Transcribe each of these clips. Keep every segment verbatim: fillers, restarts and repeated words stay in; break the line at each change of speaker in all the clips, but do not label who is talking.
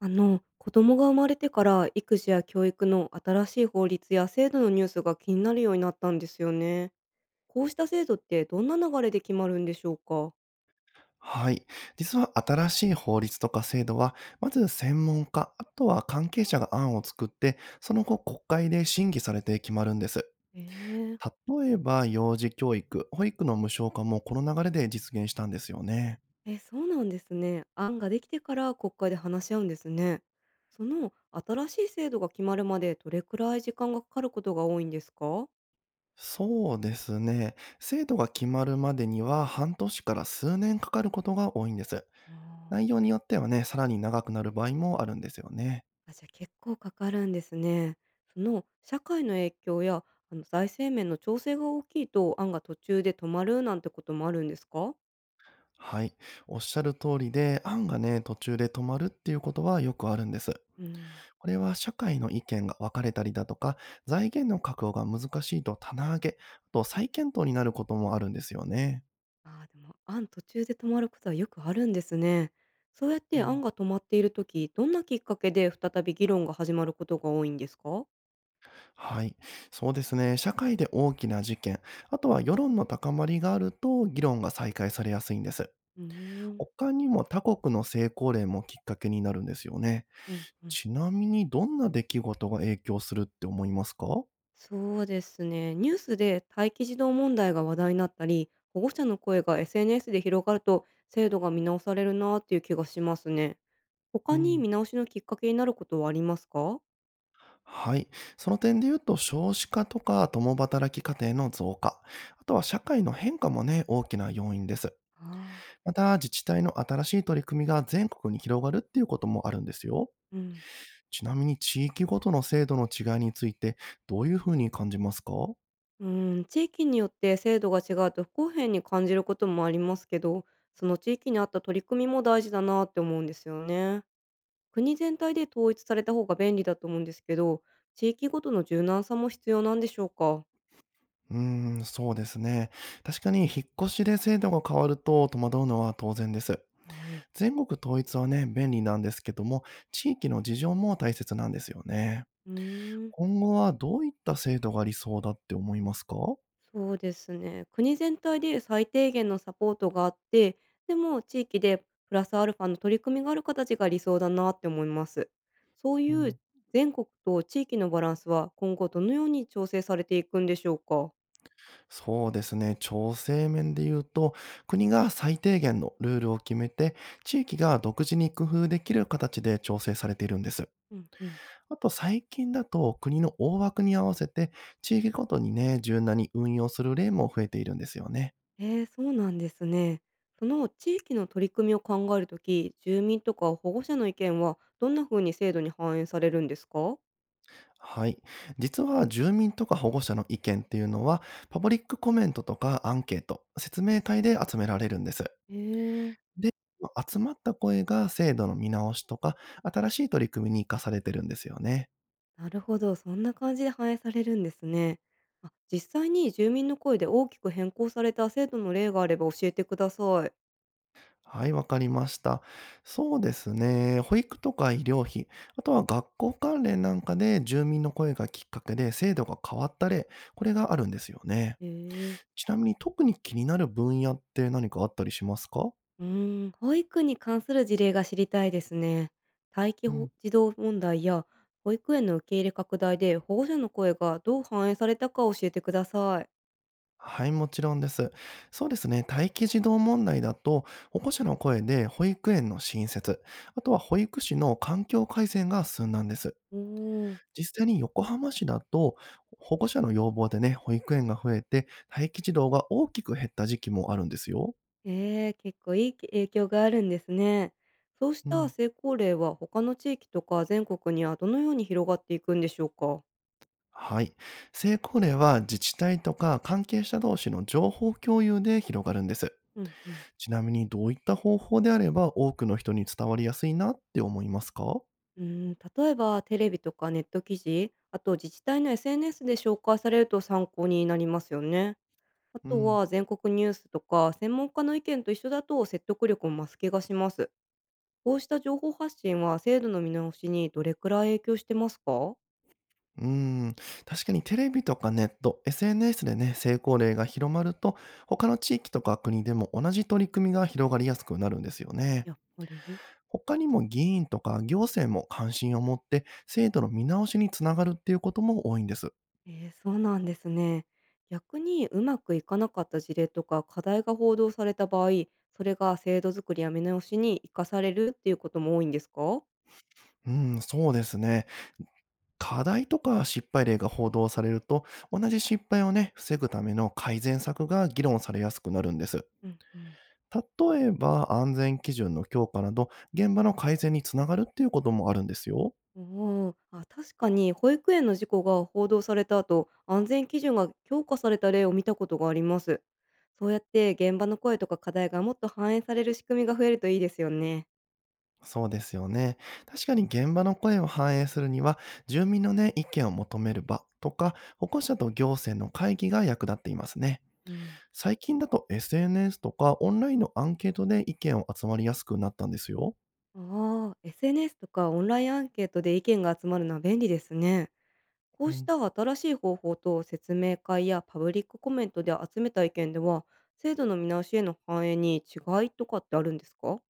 あの、子供が生まれてから育児や教育の新しい法律や制度のニュースが気になるようになったんですよね。こうした制度ってどんな流れで決まるんでしょうか？
はい。実は新しい法律とか制度は、まず専門家、あとは関係者が案を作って、その後国会で審議されて決まるんです。
え
例えば、幼児教育、保育の無償化もこの流れで実現したんですよね。
ええ、そうなんですね。案ができてから国会で話し合うんですね。その新しい制度が決まるまでどれくらい時間がかかることが多いんですか？
そうですね。制度が決まるまでには半年から数年かかることが多いんです。
あー
内容によってはね、さらに長くなる場合もあるんですよね。
あ、じゃあ結構かかるんですね。その社会の影響やあの財政面の調整が大きいと案が途中で止まるなんてこともあるんですか？
はい。おっしゃる通りで、案がね、途中で止まるっていうことはよくあるんです。
うん。
これは社会の意見が分かれたりだとか、財源の確保が難しいと棚上げ、あと再検討になることもあるんですよね。
ああ、でも案途中で止まることはよくあるんですね。そうやっ
う
て案
ん、
が止まっているとき、どんなきっかけで再び議論が始まることが多いんですか？
はい。そうですね。社会で大きな事件、あとは世論の高まりがあると議論が再開されやすいんです。
うーん。
他にも他国の成功例もきっかけになるんですよね。
うんうん。
ちなみにどんな出来事が影響するって思いますか？
そうですね。ニュースで待機児童問題が話題になったり、保護者の声が エスエヌエス で広がると制度が見直されるなっていう気がしますね。他
う
に
ん。
見直しのきっかけになることはありますか？
はい。その点で言うと、少子化とか共働き家庭の増加、あとは社会の変化もね、大きな要因です。
ああ。
また、自治体の新しい取り組みが全国に広がるっていうこともあるんですよ。
うん。
ちなみに、地域ごとの制度の違いについて、どういうふうに感じますか？
うん、地域によって制度が違うと不公平に感じることもありますけど、その地域に合った取り組みも大事だなって思うんですよね。国全体で統一された方が便利だと思うんですけど、地域ごとの柔軟さも必要なんでしょうか。
うーん、そうですね。確かに、引っ越しで制度が変わると戸惑うのは当然です。
はい。
全国統一はね、便利なんですけども、地域の事情も大切なんですよね。
うーん。
今後はどういった制度が理想だって思いますか？
そうですね。国全体で最低限のサポートがあって、でも地域でプラスアルファの取り組みがある形が理想だなって思います。そう
う
いう
ん、
全国と地域のバランスは今後どのように調整されていくんでしょうか。
そうですね、調整面で言うと、国が最低限のルールを決めて、地域が独自に工夫できる形で調整されているんです。
うんうん。
あと最近だと国の大枠に合わせて、地域ごとにね、柔軟に運用する例も増えているんですよね。
えー、そうなんですね。その地域の取り組みを考えるとき、住民とか保護者の意見はどんな風に制度に反映されるんですか。
はい。実は住民とか保護者の意見っていうのは、パブリックコメントとかアンケート、説明会で集められるんです。
ええ。
で、集まった声が制度の見直しとか、新しい取り組みに生かされてるんですよね。
なるほど、そんな感じで反映されるんですね。あ、実際に住民の声で大きく変更された制度の例があれば教えてください。
はい、わかりました。そうですね。保育とか医療費、あとは学校関連なんかで住民の声がきっかけで制度が変わった例、これがあるんですよね。
へえ。
ちなみに特に気になる分野って何かあったりしますか？
うーん、保育に関する事例が知りたいですね。待機
う
保
ん。
児童問題や保育園の受け入れ拡大で保護者の声がどう反映されたか教えてください。
はい、もちろんです。そうですね。待機児童問題だと、保護者の声で保育園の新設、あとは保育士の環境改善が進んだんです。
おお。
実際に横浜市だと、保護者の要望でね、保育園が増えて、待機児童が大きく減った時期もあるんですよ。
えー、結構いい影響があるんですね。そうし
う
た
ん。
成功例は他の地域とか全国にはどのように広がっていくんでしょうか。
はい。成功例は自治体とか関係者同士の情報共有で広がるんです。
うんうん。
ちなみにどういった方法であれば多くの人に伝わりやすいなって思いますか？
うーん、例えばテレビとかネット記事、あと自治体の エスエヌエス で紹介されると参考になりますよね。あ
う
と
ん。
は全国ニュースとか専門家の意見と一緒だと説得力も増す気がします。こうした情報発信は制度の見直しにどれくらい影響してますか？
うん。確かにテレビとかネット、エスエヌエス でね、成功例が広まると、他の地域とか国でも同じ取り組みが広がりやすくなるんですよね。
やっぱり。
他にも議員とか行政も関心を持って制度の見直しにつながるっていうことも多いんです。
えー、そうなんですね。逆にうまくいかなかった事例とか課題が報道された場合、それが制度作りや見直しに生かされるっていうことも多いんですか？
うん、そうですね。課題とか失敗例が報道されると、同じ失敗をね、防ぐための改善策が議論されやすくなるんです。
うんうん。
例えば、安全基準の強化など、現場の改善につながるっていうこともあるんですよ。
おお、あ、確かに保育園の事故が報道された後、安全基準が強化された例を見たことがあります。そうやって現場の声とか課題がもっと反映される仕組みが増えるといいですよね。
そうですよね。確かに現場の声を反映するには、住民のね、意見を求める場とか、保護者と行政の会議が役立っていますね。
うん、
最近だと エスエヌエス とかオンラインのアンケートで意見を集まりやすくなったんですよ。
ああ、エスエヌエス とかオンラインアンケートで意見が集まるのは便利ですね。こ
う
うし
ん、
た新しい方法と説明会やパブリックコメントで集めた意見では、制度の見直しへの反映に違いとかってあるんですか？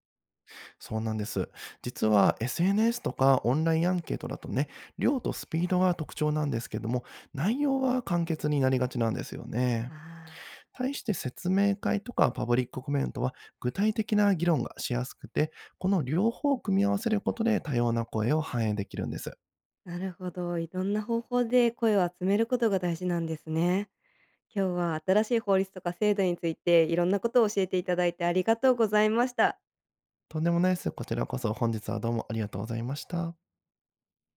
そうなんです。実は エスエヌエス とかオンラインアンケートだとね、量とスピードが特徴なんですけども、内容は簡潔になりがちなんですよ
あ
ね。
あー。
対して説明会とかパブリックコメントは具体的な議論がしやすくて、この両方を組み合わせることで多様な声を反映できるんです。
なるほど。いろんな方法で声を集めることが大事なんですね。今日は新しい法律とか制度についていろんなことを教えていただいてありがとうございました。
とんでもないです。こちらこそ本日はどうもありがとうございました。